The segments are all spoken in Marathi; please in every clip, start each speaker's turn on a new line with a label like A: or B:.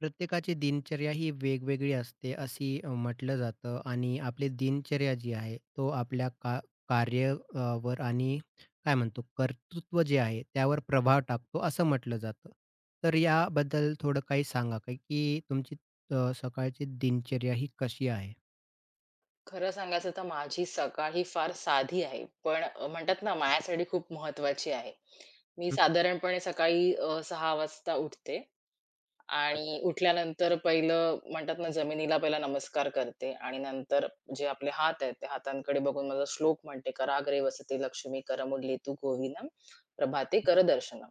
A: प्रत्येकाची दिनचर्या ही वेगवेगळी असते अशी म्हटलं जातं आणि आपली दिनचर्या जी आहे तो आपल्या कार्य वर आणि काय म्हणतो कर्तृत्व जे आहे त्यावर प्रभाव टाकतो असं म्हटलं जातं. तर याबद्दल थोडं काही सांगा काय की तुमची सकाळची दिनचर्या ही कशी आहे?
B: खरं सांगायचं तर माझी सकाळ ही फार साधी आहे. पण म्हणतात ना माझ्यासाठी खूप महत्त्वाची आहे. मी
A: हं,
B: साधारणपणे सकाळी 6 वाजता उठते
A: बरं.
B: आणि उठल्यानंतर पहिलं म्हणतात ना जमिनीला पहिला नमस्कार करते आणि नंतर जे आपले हात आहेत, त्या हातांकडे बघून माझा श्लोक म्हणते, "कराग्रे वसते लक्ष्मी करमुली तू गोविनम प्रभाते कर दर्शनम."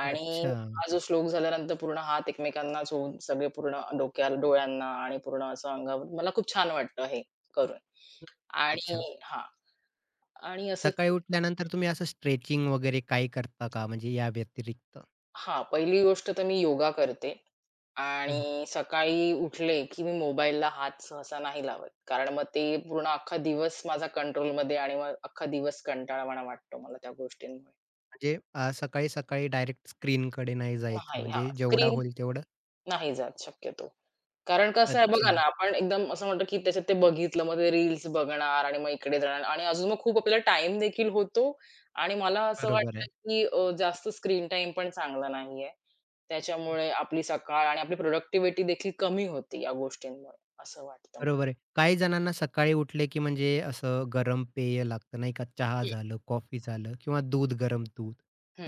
B: आणि
A: अच्छा.
B: हा जो श्लोक झाल्यानंतर पूर्ण हात एकमेकांना जोडून सगळे पूर्ण डोक्याला, डोळ्यांना आणि पूर्ण असं अंगावर मला खूप छान वाटतं हे करून.
A: हं, अच्छा.
B: आणि हां. आणि असं
A: सकाळी
B: की
A: उठल्यानंतर तुम्ही असं स्ट्रेचिंग वगैरे काही करता का म्हणजे या व्यतिरिक्त?
B: हां, पहिली गोष्ट तर मी योगा करते आणि सकाळी उठले की मी मोबाईलला हात सहसा नाही लावत. कारण मग ते पूर्ण अख्खा दिवस माझा कंट्रोलमध्ये आणि मग अख्खा दिवस कंटाळवाणा वाटतो मला त्या गोष्टींमुळे.
A: म्हणजे सकाळी-सकाळी डायरेक्ट स्क्रीनकडे नाही जायचं,
B: नाही हां,
A: म्हणजे जेवढा
B: स्क्रीन
A: होईल तेवढं
B: नाही जात शक्यतो. कारण कसं आहे
A: अच्छा,
B: बघा ना, आपण एकदम असं म्हणतो की त्याच्यात ते बघितलं, मग ते रील्स बघणार आणि मग इकडे जाणार आणि अजून मग खूप आपल्याला टाईम देखील होतो आणि मला असं
A: बरोबर आहे.
B: वाटतं की जास्त स्क्रीन टाईम पण चांगला नाहीये. त्याच्यामुळे आपली सकाळ आणि आपली प्रोडक्टिव्हिटी देखील कमी होती या गोष्टींमुळे, असं वाटतं मला.
A: बरोबर आहे. काही जणांना सकाळी उठले, की म्हणजे असं गरम पेय लागतं नाही का, चहा
B: हं.
A: झालं, कॉफी झालं किंवा दूध, गरम दूध.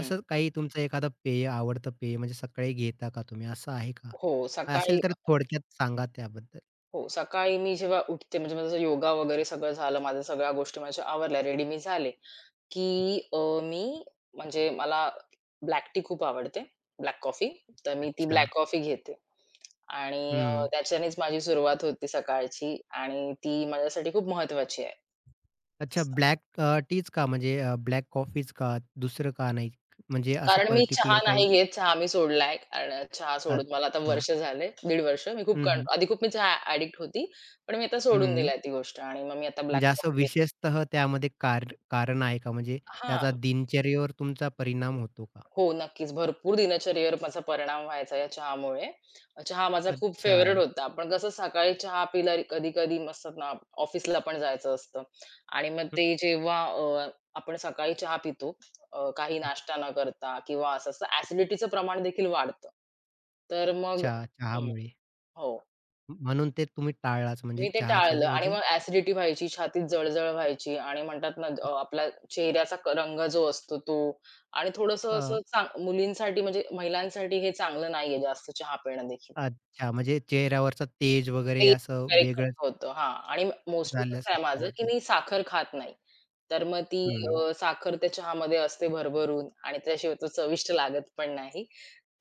A: तसं काही तुमचं एखादं पेय, आवडतं पेय म्हणजे सकाळी घेता का तुम्ही, असं आहे का?
B: हो, सकाळी
A: असेल तर थोडक्यात सांगा त्याबद्दल?
B: हो, सकाळी मी जेव्हा उठते म्हणजे माझा योगा वगैरे सगळं झालं, माझ्या सगळ्या गोष्टी माझ्या आवरल्या, रेडी मी झाले, की मी म्हणजे मला ब्लॅक टी खूप आवडते, ब्लॅक कॉफी. तर मी ती
A: अच्छा.
B: ब्लॅक कॉफी घेते आणि
A: हं.
B: त्याच्यानेच माझी सुरुवात होते सकाळची आणि ती माझ्यासाठी खूप महत्त्वाची आहे.
A: अच्छा ब्लॅक टीच का म्हणजे ब्लॅक कॉफीच का? दुसरं का नाही? म्हणजे असं
B: कारण मी
A: पर्टिक्युलर
B: चहा
A: काही?
B: नाही घेत. चहा मी सोडलाय. कारण चहा सोडून मला आता
A: अच्छा.
B: वर्ष झाले, दीड वर्ष. मी खूप कंट
A: हं,
B: आधी खूप मी चहा ॲडिक्ट होती. पण मी आता सोडून
A: हं.
B: दिलाय ती गोष्ट आणि मग मी आता ब्लॅक
A: म्हणजे असं
B: कॉफी पिते.
A: विशेषतः त्यामध्ये कारण आहे का? म्हणजे
B: हां.
A: त्याचा दिनचर्येवर तुमचा परिणाम होतो का?
B: हो, नक्कीच. भरपूर दिनचर्येवर माझा परिणाम व्हायचा या चहामुळे. चहा माझा खूप
A: अच्छा.
B: फेव्हरेट होता. आपण कसं सकाळी चहा पिला कधी-कधी मस्त ना ऑफिसला पण जायचं असतं आणि मग
A: हं,
B: ते जेव्हा आपण सकाळी चहा पितो काही नाश्ता न करता किंवा असं-असं ॲसिडिटीचं प्रमाण देखील वाढतं. तर मग
A: अच्छा. चहामुळे.
B: हो.
A: म्हणून ते तुम्ही टाळलाच म्हणजे
B: मी ते
A: चहाच्या
B: टाळलं आणि
A: ऐवजी
B: मग ॲसिडिटी व्हायची, छातीत जळजळ व्हायची आणि म्हणतात ना आपला चेहऱ्याचा क रंग जो असतो तो आणि थोडंसं
A: अ,
B: असं चांग मुलींसाठी म्हणजे महिलांसाठी हे चांगलं नाहीये जास्त चहा पिणं देखील.
A: अच्छा म्हणजे चेहऱ्यावरचा तेज वगैरे
B: तेल
A: असं
B: वगैरे कमी
A: वेगळंच
B: होतं हां आणि मोस्टली कसं आहे
A: झाल्यासारखं
B: माझं, की मी
A: वाटायचं.
B: साखर खात नाही. तर मग ती
A: हं.
B: साखर त्या चहामध्ये असते भरभरून आणि त्याशिवाय तो चविष्ट लागत पण नाही.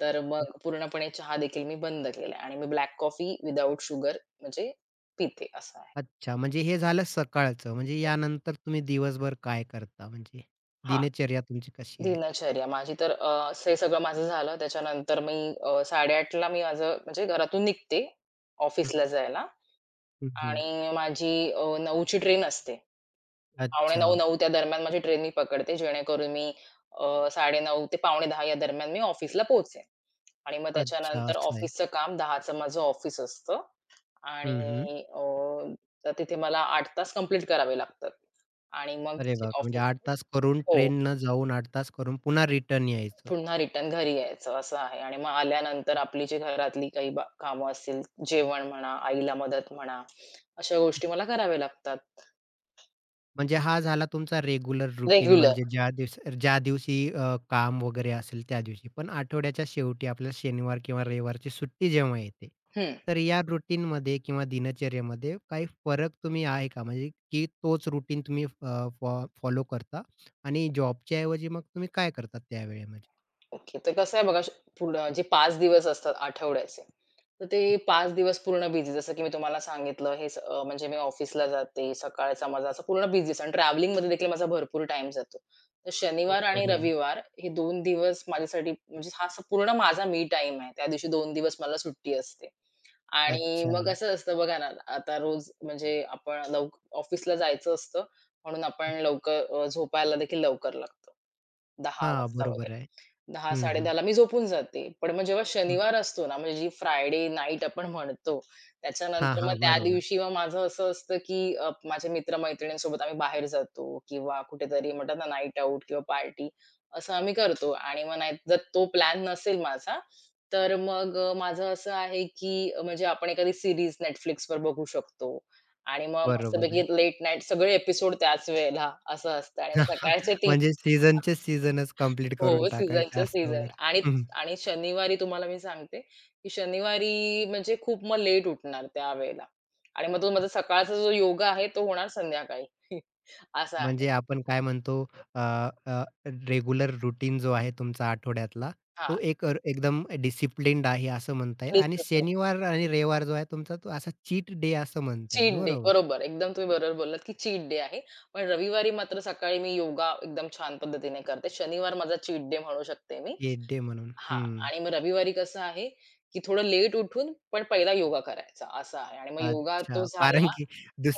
B: तर मग पूर्णपणे चहा देखील मी बंद केलाय आणि मी ब्लॅक कॉफी विथआऊट शुगर म्हणजे पिते असं आहे.
A: अच्छा म्हणजे हे झालं सकाळचं. म्हणजे यानंतर तुम्ही दिवसभर काय करता? म्हणजे
B: हां.
A: दिनचर्या तुमची कशी आहे?
B: दिनचर्या. माझी तर हे सगळं माझं झालं. त्याच्यानंतर मी 8:30ला मी माझं म्हणजे घरातून निघते
A: हं,
B: ऑफिसला जायला
A: हं,
B: आणि माझी 9ची ट्रेन असते.
A: अच्छा.
B: 8:45-9 त्या दरम्यान माझी ट्रेन मी पकडते. जेणेकरून मी 9:30 ते 9:45 या दरम्यान मी ऑफिसला पोहोचेन आणि मग
A: अच्छा
B: त्याच्यानंतर
A: असं आहे.
B: ऑफिसचं काम 10चं माझं ऑफिस असतं
A: हं,
B: आणि तर तिथे मला 8 तास कंप्लीट करावे लागतात आणि मग
A: अरे बापरे! म्हणजे
B: ऑफिस
A: 8 तास करून
B: हो.
A: ट्रेननं जाऊन 8 तास करून पुन्हा रिटर्न यायचं.
B: पुन्हा रिटर्न घरी यायचं असं आहे आणि मग आल्यानंतर आपली जी घरातली काही बा कामं असतील, जेवण म्हणा, आईला मदत म्हणा, अशा गोष्टी मला कराव्या लागतात
A: म्हणजे हा झाला तुमचा रेग्युलर रूटीन
B: रेग्युलर.
A: म्हणजे ज्या दिवशी ज्या दिवशी काम वगैरे असेल त्या दिवशी. पण आठवड्याच्या शेवटी आपल्याला शनिवार किंवा रविवारची सुट्टी जेव्हा येते,
B: हं.
A: तर या रूटीनमध्ये किंवा दिनचर्येमध्ये काही फरक तुम्ही आहे का? म्हणजे की तोच रूटीन तुम्ही फॉलो करता आणि जॉबच्या ऐवजी मग तुम्ही काय करता त्यावेळेमध्ये?
B: ओके. तर कसं आहे बघा, श- पूर्ण जे 5 दिवस असतात आठवड्याचे, तर ते 5 दिवस पूर्ण बिझी. जसं की मी तुम्हाला सांगितलं हे स म्हणजे मी ऑफिसला जाते, सकाळचा माझा असा पूर्ण बिझीच आणि ट्रॅव्हलिंगमध्ये देखील माझा भरपूर टाईम जातो. तर
A: हो,
B: शनिवार आणि
A: बरोबर.
B: रविवार हे 2 दिवस माझ्यासाठी म्हणजे हा स- पूर्ण माझा मी टाईम आहे. त्या दिवशी 2 दिवस मला सुट्टी असते. आणि
A: अच्छा.
B: मग असं असतं बघा ना, आता रोज म्हणजे आपण लव ऑफिसला जायचं असतं म्हणून आपण लवकर झोपायला देखील लवकर लागतो. 10:00
A: हां,
B: वाजता
A: बरोबर
B: वगैरे.
A: आहे.
B: दहा
A: हं, हं.
B: 10:30 ला मी झोपून जाते. पण मग जेव्हा
A: हं.
B: शनिवार असतो ना, म्हणजे जी फ्रायडे नाईट आपण म्हणतो,
A: हां,
B: त्याच्यानंतर मग
A: हां.
B: त्या
A: बरोबर.
B: दिवशी मग माझं असं असतं, की माझ्या मित्र-मैत्रिणींसोबत आम्ही बाहेर जातो किंवा कुठेतरी म्हणतात ना नाईट आउट किंवा पार्टी असं आम्ही करतो आणि मग नाही जर तो प्लॅन नसेल माझा, तर मग माझं असं आहे, की म्हणजे आपण एखादी सीरीज Netflixवर बघू शकतो आणि मग
A: बरोबर
B: मस्तपैकी
A: आहे.
B: लेट नाईट सगळे एपिसोड त्याच वेळेला असं असतं आणि मग सकाळचे
A: म्हणजे सीझनचे सीझनच कंप्लीट करून
B: हो,
A: टाकायचे
B: सीझनच्या
A: असतं
B: सीझन
A: वगैरे.
B: आणि
A: हं, हं.
B: आणि शनिवारी तुम्हाला मी सांगते, की शनिवारी म्हणजे खूप मग लेट उठणार त्यावेळेला आणि मग तो माझा सकाळचा जो योगा आहे तो होणार संध्याकाळी. असं आहे.
A: म्हणजे आपण काय म्हणतो अ, अ, रेग्युलर रूटीन जो आहे तुमचा आठवड्यातला,
B: हां,
A: तो एक एकदम डिसिप्लिन्ड आहे असं म्हणता येईल आणि
B: डिसिप्लिन.
A: शनिवार आणि रविवार जो आहे तुमचा तो असा चीट डे असं म्हणता
B: चीट
A: येईल
B: डे.
A: बरोबर.
B: बरोबर, एकदम तुम्ही बरोबर बोललात, की चीट डे आहे. पण रविवारी मात्र सकाळी मी योगा एकदम छान पद्धतीने करते. शनिवार माझा चीट डे म्हणू शकते मी.
A: चीट डे म्हणून.
B: हां
A: हं.
B: आणि मग रविवारी कसं आहे, की थोडं लेट उठून पण पहिला योगा करायचा असं आहे आणि मग योगा तो
A: अच्छा. कारण
B: झाला
A: की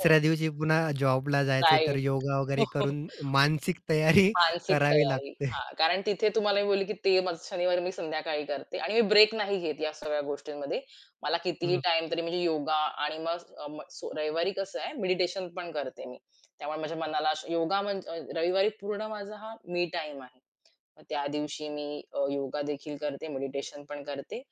B: हं,
A: दिवशी पुन्हा जॉबला जायचंय तर योगा वगैरे करून मानसिक तयारी
B: मानसिक
A: करावी
B: तयारी.
A: लागते.
B: हां, कारण तिथे तुम्हाला मी बोलली, की ते माझं शनिवारी मी संध्याकाळी करते आणि मी ब्रेक नाही घेत या सगळ्या गोष्टींमध्ये. मला कितीही
A: हं.
B: टाइम तरी म्हणजे योगा आणि मग अ, म सो रविवारी कसं आहे मेडिटेशन पण करते मी. त्यामुळे माझ्या मनाला श योगा म्हणजे रविवारी पूर्ण माझा हा मी टाईम आहे. मग त्या दिवशी मी योगा देखील करते, मेडिटेशन पण करते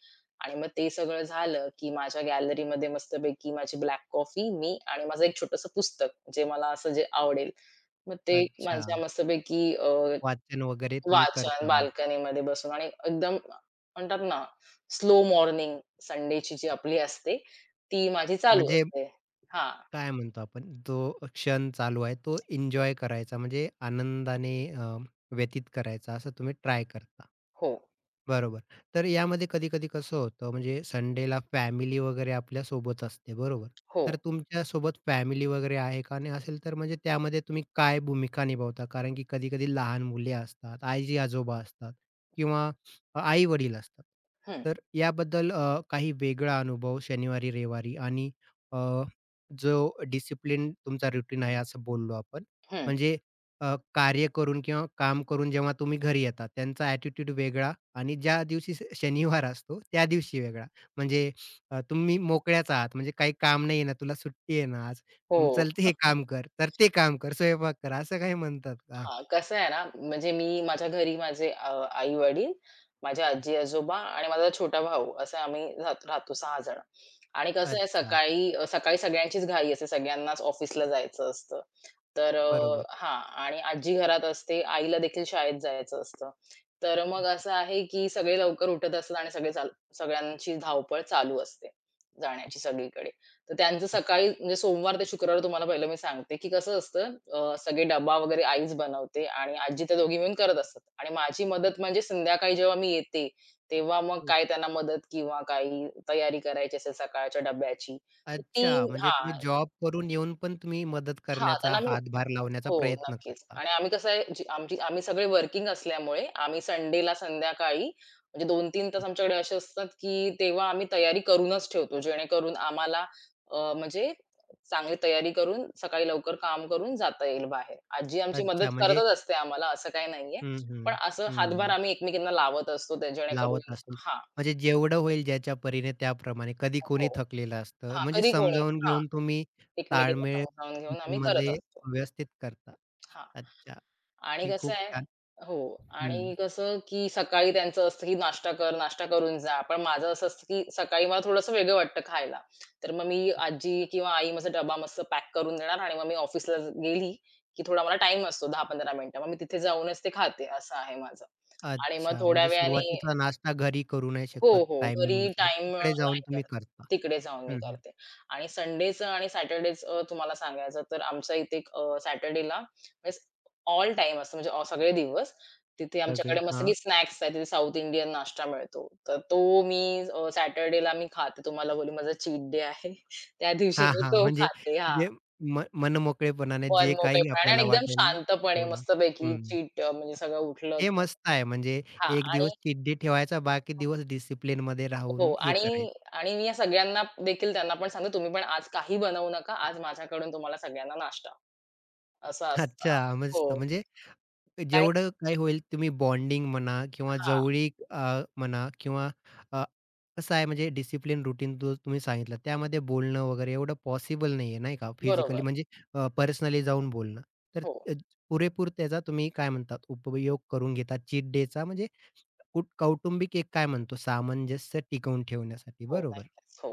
B: आणि मग ते सगळं झालं, की माझ्या गॅलरीमध्ये मस्तपैकी माझी ब्लॅक कॉफी, मी आणि माझं एक छोटंसं पुस्तक, जे मला असं जे आवडेल. मग ते
A: अच्छा.
B: माझ्या मस्तपैकी
A: वाचन वगैरे तुम्ही
B: वाचन
A: करता म्हणजे.
B: बाल्कनीमध्ये बसून आणि एकदम म्हणतात ना, स्लो मॉर्निंग संडेची जी आपली असते, ती माझी चालू
A: म्हणजे
B: असते. हां.
A: काय म्हणतो आपण, जो क्षण चालू आहे तो एन्जॉय करायचा म्हणजे आनंदाने व्यतीत करायचा असं तुम्ही ट्राय करता.
B: हो,
A: बरोबर. तर यामध्ये कधी-कधी कसं होतं म्हणजे संडेला फॅमिली वगैरे आपल्या सोबत असते बरोबर.
B: हो.
A: तर तुमच्या सोबत फॅमिली वगैरे आहे का? आणि असेल तर म्हणजे त्यामध्ये तुम्ही काय भूमिका निभावता? कारण की कधी-कधी लहान मुले असतात, आजी-आजोबा असतात किंवा आई-वडील असतात.
B: हं,
A: तर याबद्दल काही वेगळा अनुभव शनिवारी, रविवारी आणि अ, जो डिसिप्लिन तुमचा रुटीन आहे असं बोललो आपण.
B: हं.
A: म्हणजे कार्य करून किंवा काम करून जेव्हा तुम्ही घरी येता त्यांचा ॲटिट्यूड वेगळा आणि ज्या दिवशी शनिवार असतो, त्या दिवशी वेगळा. म्हणजे तुम्ही मोकळ्याच आहात, म्हणजे काही काम नाही ना, तुला सुट्टी आहे ना आज,
B: हो.
A: मग चल ते हे काम कर, तर ते काम कर, स्वयंपाक कर, असं काही म्हणतात का?
B: हां, कसं आहे ना, म्हणजे मी माझ्या घरी माझे आई-वडील, माझे आजी-आजोबा आणि माझा छोटा भाऊ असं आम्ही राहतो 6 जण आणि कसं आहे
A: अच्छा,
B: सकाळी सकाळी सगळ्यांचीच घाई असते. सगळ्यांनाच ऑफिसला जायचं असतं. तर
A: बरोबर.
B: हां आणि आजी घरात असते. आईला देखील शाळेत जायचं असतं. तर मग
A: हं,
B: असं आहे, की सगळे लवकर उठत असतात आणि सगळे चाल सगळ्यांची धावपळ चालू असते जाण्याची सगळीकडे. तर त्यांचं
A: हं,
B: सकाळी म्हणजे सोमवार ते शुक्रवार तुम्हाला पहिलं मी सांगते, की कसं असतं सगळे डब्बा वगैरे आईच बनवते आणि आजी त्या दोघी मिळून करत असतात आणि माझी मदत म्हणजे संध्याकाळी जेव्हा मी येते, तेव्हा मग काय त्यांना मदत किंवा काही तयारी करायची असेल सकाळच्या डब्याची, तर ती
A: अच्छा, म्हणजे
B: हां,
A: तुम्ही जॉब करून येऊन पण तुम्ही मदत
B: हां,
A: करण्याचा,
B: त्यांना मी
A: हातभार लावण्याचा
B: हो,
A: प्रयत्न
B: नक्कीच.
A: करता.
B: आणि आम्ही कसं आहे, जी आमची आम्ही सगळे वर्किंग असल्यामुळे आम्ही संडेला संध्याकाळी म्हणजे 2 तीन तास आमच्याकडे असे असतात, की तेव्हा आम्ही तयारी करूनच ठेवतो. जेणेकरून आम्हाला म्हणजे चांगली तयारी करून सकाळी लवकर काम करून जाता येईल बाहेर. आजी आमची मदत
A: अच्छा, म्हणजे
B: करतच असते आम्हाला, असं काही नाहीये.
A: हं, हं.
B: पण असं हातभार
A: हं.
B: आम्ही एकमेकींना लावत असतो ते
A: लावत
B: जेणेकरून
A: असेल.
B: हां.
A: म्हणजे जेवढं होईल ज्याच्या परीने त्याप्रमाणे. कधी
B: हो.
A: कोणी थकलेलं असतं.
B: हां,
A: म्हणजे
B: कधी कोणीच
A: समजावून
B: हां,
A: घेऊन तुम्ही
B: एकमेकींना
A: ताळमेळ
B: समजावून घेऊन आम्ही करत
A: मीटिंगमध्ये
B: असतो.
A: व्यवस्थित करता.
B: हां.
A: अच्छा.
B: आणि
A: ही
B: कसं
A: खूप
B: आहे
A: छान.
B: हो
A: हं.
B: आणि कसं, की सकाळी त्यांचं असतं, की नाश्ता कर, नाश्ता करून जा. पण माझं असं असतं, की सकाळी मला थोडंसं वेगळं वाटतं खायला. तर मग मी आजी किंवा आई माझा डबा मस्त पॅक करून देणार आणि मग मी ऑफिसला गेली, की थोडा मला टाइम असतो 10-15 मिनिटं. मग मी तिथे जाऊनच ते खाते, असं आहे माझं. आणि मग
A: अच्छा.
B: थोड्या
A: म्हणजे
B: वेळाने
A: सुरुवातीचा नाश्ता घरी करू नाही
B: हो,
A: शकत
B: हो. घरी
A: टायमिंगनुसार.
B: टाईम
A: तिकडे
B: नाही
A: जाऊन तुम्ही
B: करत.
A: करता.
B: तिकडे जाऊन मी
A: हं, हं.
B: करते. आणि संडेचं आणि सॅटर्डेचं तुम्हाला सांगायचं तर आमच्या इथे सॅटर्डेला म्हणजे ऑल टाईम असतो म्हणजे ऑ सगळे दिवस. तिथे
A: सगळे
B: आमच्याकडे मस्त
A: हां.
B: की स्नॅक्स आहेत. तिथे साउथ इंडियन नाश्ता मिळतो. तर तो मी सॅटर्डेला मी खाते. तुम्हाला बोलली माझा चीट डे आहे. त्या दिवशी
A: हां,
B: मी
A: हां.
B: तो
A: म्हणजे
B: खाते. हां.
A: जे मनमोकळेपणाने
B: मन
A: जे काही
B: मोकळेपणाने आणि
A: आपल्याला
B: एकदम
A: वाटेल
B: शांतपणे
A: तेवढा.
B: मस्तपैकी
A: हं.
B: चीट म्हणजे सगळं उठलं
A: हे मस्त आहे. म्हणजे
B: हां.
A: एक
B: आणि
A: दिवस चीट डे ठेवायचा, बाकी दिवस डिसिप्लिनमध्ये
B: हो
A: राहून हे
B: आणि
A: करायचं.
B: आणि मी या सगळ्यांना देखील त्यांना पण सांगते, "तुम्ही पण आज काही बनवू नका. आज माझ्याकडून तुम्हाला सगळ्यांना नाश्ता." असं असतं.
A: अच्छा, मस्त.
B: हो.
A: म्हणजे
B: कारण
A: जेवढं काही होईल तुम्ही बॉन्डिंग म्हणा किंवा
B: हां.
A: जवळीक म्हणा किंवा अ, कसं आहे म्हणजे डिसिप्लिन रूटीन जो तुम्ही सांगितलं, त्यामध्ये बोलणं वगैरे एवढं पॉसिबल नाहीये, नाही का? फिजिकली
B: बरोबर.
A: म्हणजे पर्सनली जाऊन बोलणं. तर
B: हो.
A: अ, पुरेपूर त्याचा तुम्ही काय म्हणतात उपयोग करून घेता चीट डेचा म्हणजे कौटुंबिक एक काय म्हणतो सामंजस्य टिकवून ठेवण्यासाठी.
B: हो.
A: बरोबर.
B: नक्कीच. हो.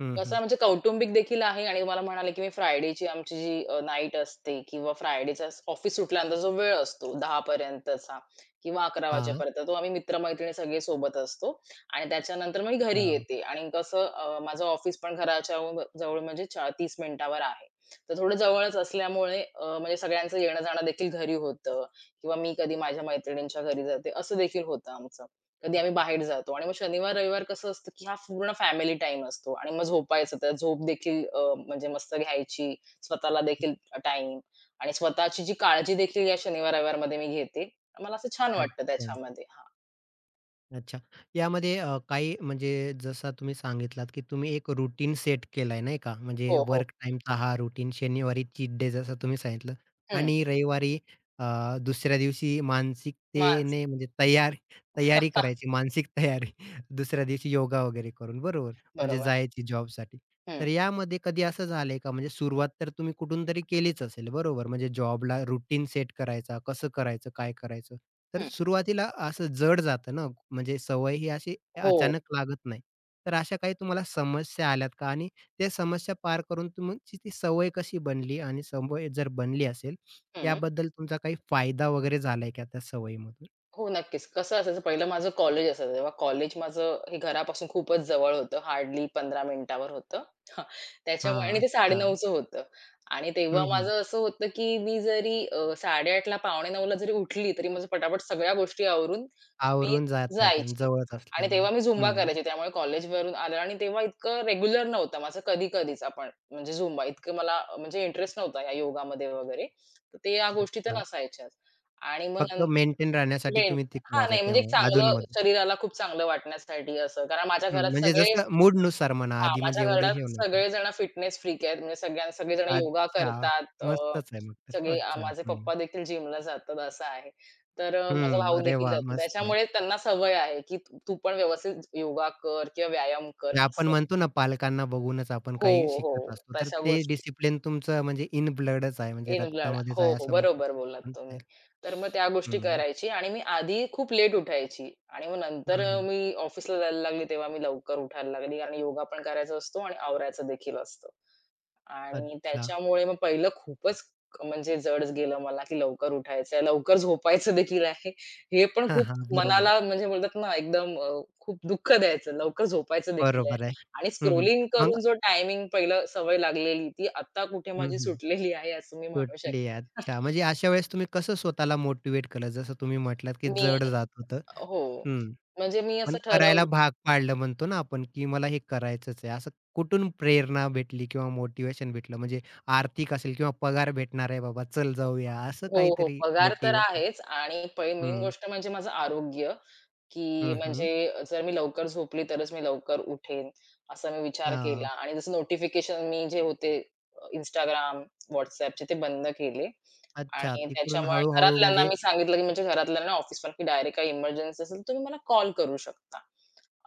A: हं,
B: कसं
A: हं.
B: म्हणजे कौटुंबिक देखील आहे आणि तुम्हाला म्हणाले, की मी फ्रायडेची आमची जी नाईट असते किंवा फ्रायडेचा ऑफिस सुटल्यानंतर जो वेळ असतो 10 पर्यंतचा किंवा 11
A: हां.
B: वाजेपर्यंत तो आम्ही मित्र-मैत्रिणी सगळे सोबत असतो आणि त्याच्यानंतर मग मी घरी
A: अच्छा,
B: येते आणि कसं माझं ऑफिस पण घराच्या व- जवळ म्हणजे चा 30 मिनिटावर आहे. तर थोडं जवळच असल्यामुळे म्हणजे सगळ्यांचं येणं-जाणं देखील घरी होतं किंवा मी कधी माझ्या मैत्रिणींच्या घरी जाते, असं देखील होतं आमचं. कधी आम्ही बाहेर जातो आणि मग शनिवार, रविवार कसं असतं, की हा पूर्ण फॅमिली टाईम असतो आणि मग झोपायचं. तर झोप देखील म्हणजे मस्त घ्यायची, स्वतःला देखील टाईम आणि स्वतःची जी काळजी देखील या शनिवार, रविवारमध्ये मी घेते. मला असं छान वाटतं
A: अच्छा,
B: त्याच्यामध्ये. हां.
A: अच्छा. यामध्ये काही म्हणजे जसा तुम्ही सांगितलात, की तुम्ही एक रूटीन सेट केलाय नाही का? म्हणजे
B: हो, हो.
A: वर्क टाईमचा हा रूटीन शनिवारी चीट डे जसं तुम्ही सांगितलं
B: हं.
A: आणि रविवारी अ, दुसऱ्या दिवशी
B: मानसिक
A: मानसिकतेने म्हणजे तयारी करायची, मानसिक तयारी. दुसऱ्या दिवशी योगा वगैरे करून बरोबर. म्हणजे
B: बरोबर.
A: जायची जॉबसाठी.
B: हं,
A: तर यामध्ये कधी असं झालंय का? म्हणजे सुरुवात तर तुम्ही कुठून तरी केलीच असेल, बरोबर? म्हणजे जॉबला रुटीन सेट करायचा, कसं करायचं, काय करायचं? तर
B: हं.
A: सुरुवातीला असं जड जातं ना, म्हणजे सवय ही अशी
B: हो.
A: अचानक लागत नाही. तर अशा काही तुम्हाला समस्या आल्यात का? आणि त्या समस्या पार करून तुमची ती सवय कशी बनली? आणि सवय जर बनली असेल,
B: हं.
A: याबद्दल तुमचा काही फायदा वगैरे झालाय का त्या सवयीमधून?
B: हो, नक्कीच. कसं असायचं पहिलं माझं कॉलेज असायचं. तेव्हा कॉलेज माझं हे घरापासून खूपच जवळ होतं. हार्डली 15 मिनिटावर होतं. त्याच्यामुळे
A: हां,
B: आणि ते
A: अच्छा.
B: 9:30चं होतं. आणि तेव्हा
A: हं, हं.
B: माझं असं होतं, की मी जरी 8:30 ला 8:45ला जरी उठली, तरी माझं पटापट सगळ्या गोष्टी आवरून मी
A: आवरून जाता येतं
B: जायची.
A: जवळच
B: आणि
A: असल्यामुळे.
B: तेव्हा मी झुंबा
A: हं,
B: करायची. त्यामुळे कॉलेजवरून आलं आणि तेव्हा इतकं रेग्युलर नव्हतं माझं कधी-कधीच आपण म्हणजे झुंबा. इतकं मला म्हणजे इंटरेस्ट नव्हता या योगामध्ये वगैरे. तर ते या गोष्टी तर
A: अच्छा.
B: नसायच्याच. आणि मग
A: फक्त मेंटेन राहण्यासाठी
B: मेन
A: तुम्ही ते
B: हां,
A: करायचा
B: नाही म्हणजे एक
A: त्यामुळे
B: चांगलं
A: अधूनमधून.
B: शरीराला खूप चांगलं वाटण्यासाठी असं. कारण माझ्या
A: हं,
B: घरात
A: म्हणजे
B: सगळे
A: जसं मूडनुसार म्हणा
B: हां,
A: आधी
B: माझ्या
A: म्हणजे एवढं
B: घरात
A: हे नको.
B: सगळेजण फिटनेस फ्रीक आहेत. म्हणजे सगळ्या सगळेजण योगा
A: अच्छा.
B: करतात.
A: मस्तच आहे मग तर.
B: सगळे
A: अच्छा.
B: माझे
A: हं.
B: पप्पा देखील जिमला जातात असं आहे. तर माझा
A: हं.
B: भाऊ
A: अरे
B: देखील
A: वाह!
B: जातो.
A: मस्त आहे.
B: त्याच्यामुळे त्यांना सवय आहे, की तू पण व्यवस्थित योगा कर किंवा व्यायाम कर
A: म्हणजे आपण
B: असं.
A: म्हणतो ना पालकांना बघूनच आपण
B: हो,
A: काही
B: हो.
A: शिकत असतो. तर
B: तशा
A: ते
B: गोष्टी.
A: डिसिप्लिन तुमचं म्हणजे इन ब्लडच आहे. म्हणजे
B: इन ब्लड.
A: रक्तामध्येच
B: हो,
A: आहे
B: हो.
A: असं म्हणता
B: बरोबर बोललात
A: म्हणता
B: तुम्ही.
A: येईल.
B: तर मग त्या गोष्टी
A: हं.
B: करायची आणि मी आधी खूप लेट उठायची आणि मग नंतर
A: हं, हं.
B: मी ऑफिसला जायला लागली तेव्हा मी लवकर उठायला लागली कारण योगा पण करायचा असतो आणि आवरायचं देखील असतं. आणि
A: अच्छा.
B: त्याच्यामुळे मग पहिलं खूपच क- म्हणजे जड गेलं मला, की लवकर उठायचंय, लवकर झोपायचं देखील आहे. हे पण
A: हां,
B: खूप
A: हां. बरोबर.
B: मनाला म्हणजे बोलतात ना एकदम खूप दुःख द्यायचं. लवकर झोपायचं देखील आहे
A: बरोबर आहे.
B: आणि
A: हं, हं.
B: स्क्रोलिंग
A: मग
B: करून जो टायमिंग पहिलं सवय लागलेली ती आता कुठे
A: हं,
B: माझी
A: हं.
B: सुटलेली आहे असं मी म्हणू
A: सुटली.
B: शकते.
A: अच्छा. म्हणजे अशा वेळेस तुम्ही कसं स्वतःला मोटिव्हेट केलं? जसं तुम्ही म्हटलात, की
B: मी
A: जड जात होतं.
B: हो.
A: हं.
B: म्हणजे मी
A: पण
B: असं
A: करायला
B: ठरवलं
A: भाग पाडलं म्हणतो ना आपण, की मला हे करायचंच आहे. असं कुठून प्रेरणा भेटली किंवा मोटिव्हेशन भेटलं? म्हणजे आर्थिक असेल किंवा पगार भेटणार आहे बाबा, चल जाऊया, असं
B: हो, हो.
A: काहीतरी
B: पगार तर
A: मोटिव्हेशन?
B: आहेच आणि पै मेन
A: हं.
B: गोष्ट म्हणजे माझं आरोग्य की
A: हं, हं.
B: म्हणजे जर मी लवकर झोपली तरच मी लवकर उठेन, असा मी विचार
A: हां.
B: केला आणि जसं नोटिफिकेशन मी जे होते इंस्टाग्राम, Instagram, WhatsAppचे ते बंद केले
A: अच्छा.
B: आणि
A: तिकडून
B: त्याच्यामुळे
A: हळू
B: घरातल्यांना
A: म्हणजे
B: मी सांगितलं, की म्हणजे घरातल्यांना, ऑफिस पण, की डायरेक्ट काही इमर्जन्सी असेल तर तुम्ही मला कॉल करू शकता.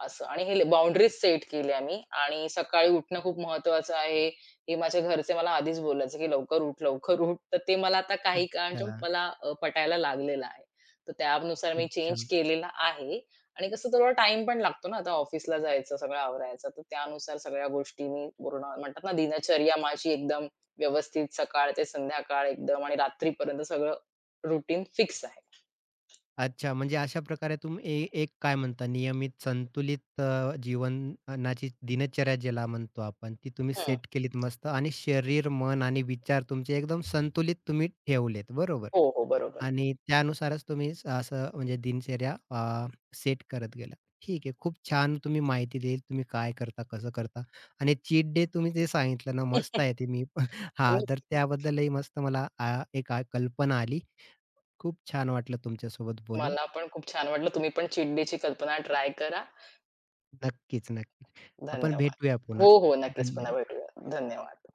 B: असं आणि हे बाउंडरीज सेट केल्या मी आणि सकाळी उठणं खूप महत्वाचं आहे, हे माझ्या घरचे मला आधीच बोलायचे, की "लवकर उठ, लवकर उठ." तर ते मला आता काही
A: अच्छा,
B: काळाने मला पटायला लागलेलं आहे. तर त्यानुसार मी
A: अच्छा.
B: चेंज केलेला आहे आणि कसं थोडा टाईम पण लागतो ना, आता ऑफिसला जायचं, सगळं आवरायचं. तर त्यानुसार सगळ्या गोष्टी मी पूर्ण म्हणतात ना, दिनचर्या माझी एकदम व्यवस्थित सकाळ ते संध्याकाळ एकदम आणि रात्रीपर्यंत सगळं रुटीन फिक्स आहे.
A: अच्छा, म्हणजे अशा प्रकारे तुम्ही एक काय म्हणता नियमित संतुलित जीवनाची दिनचर्या ज्याला म्हणतो आपण, ती तुम्ही
B: हं.
A: सेट केलीत मस्त आणि शरीर, मन आणि विचार तुमचे एकदम संतुलित तुम्ही ठेवलेत, बरोबर?
B: हो, हो. बरोबर.
A: आणि त्यानुसारच तुम्ही असं म्हणजे दिनचर्या सेट करत गेलात. ठीक आहे, खूप छान तुम्ही माहिती दिली, तुम्ही काय करता, कसं करता आणि चीट डे तुम्ही जे सांगितलं ना, मस्त आहे ते मी हां,
B: मी
A: तर त्याबद्दलही मस्त मला एक कल्पना आली. खूप छान वाटलं तुमच्यासोबत बोलून.
B: मला पण खूप छान वाटलं. तुम्ही पण चिडडीची कल्पना ट्राय करा.
A: नक्कीच, नक्कीच. आपण
B: धन्यवाद.
A: भेटूया पुन्हा.
B: हो, हो. नक्कीच पुन्हा
A: धन्यवाद.
B: भेटूया. धन्यवाद.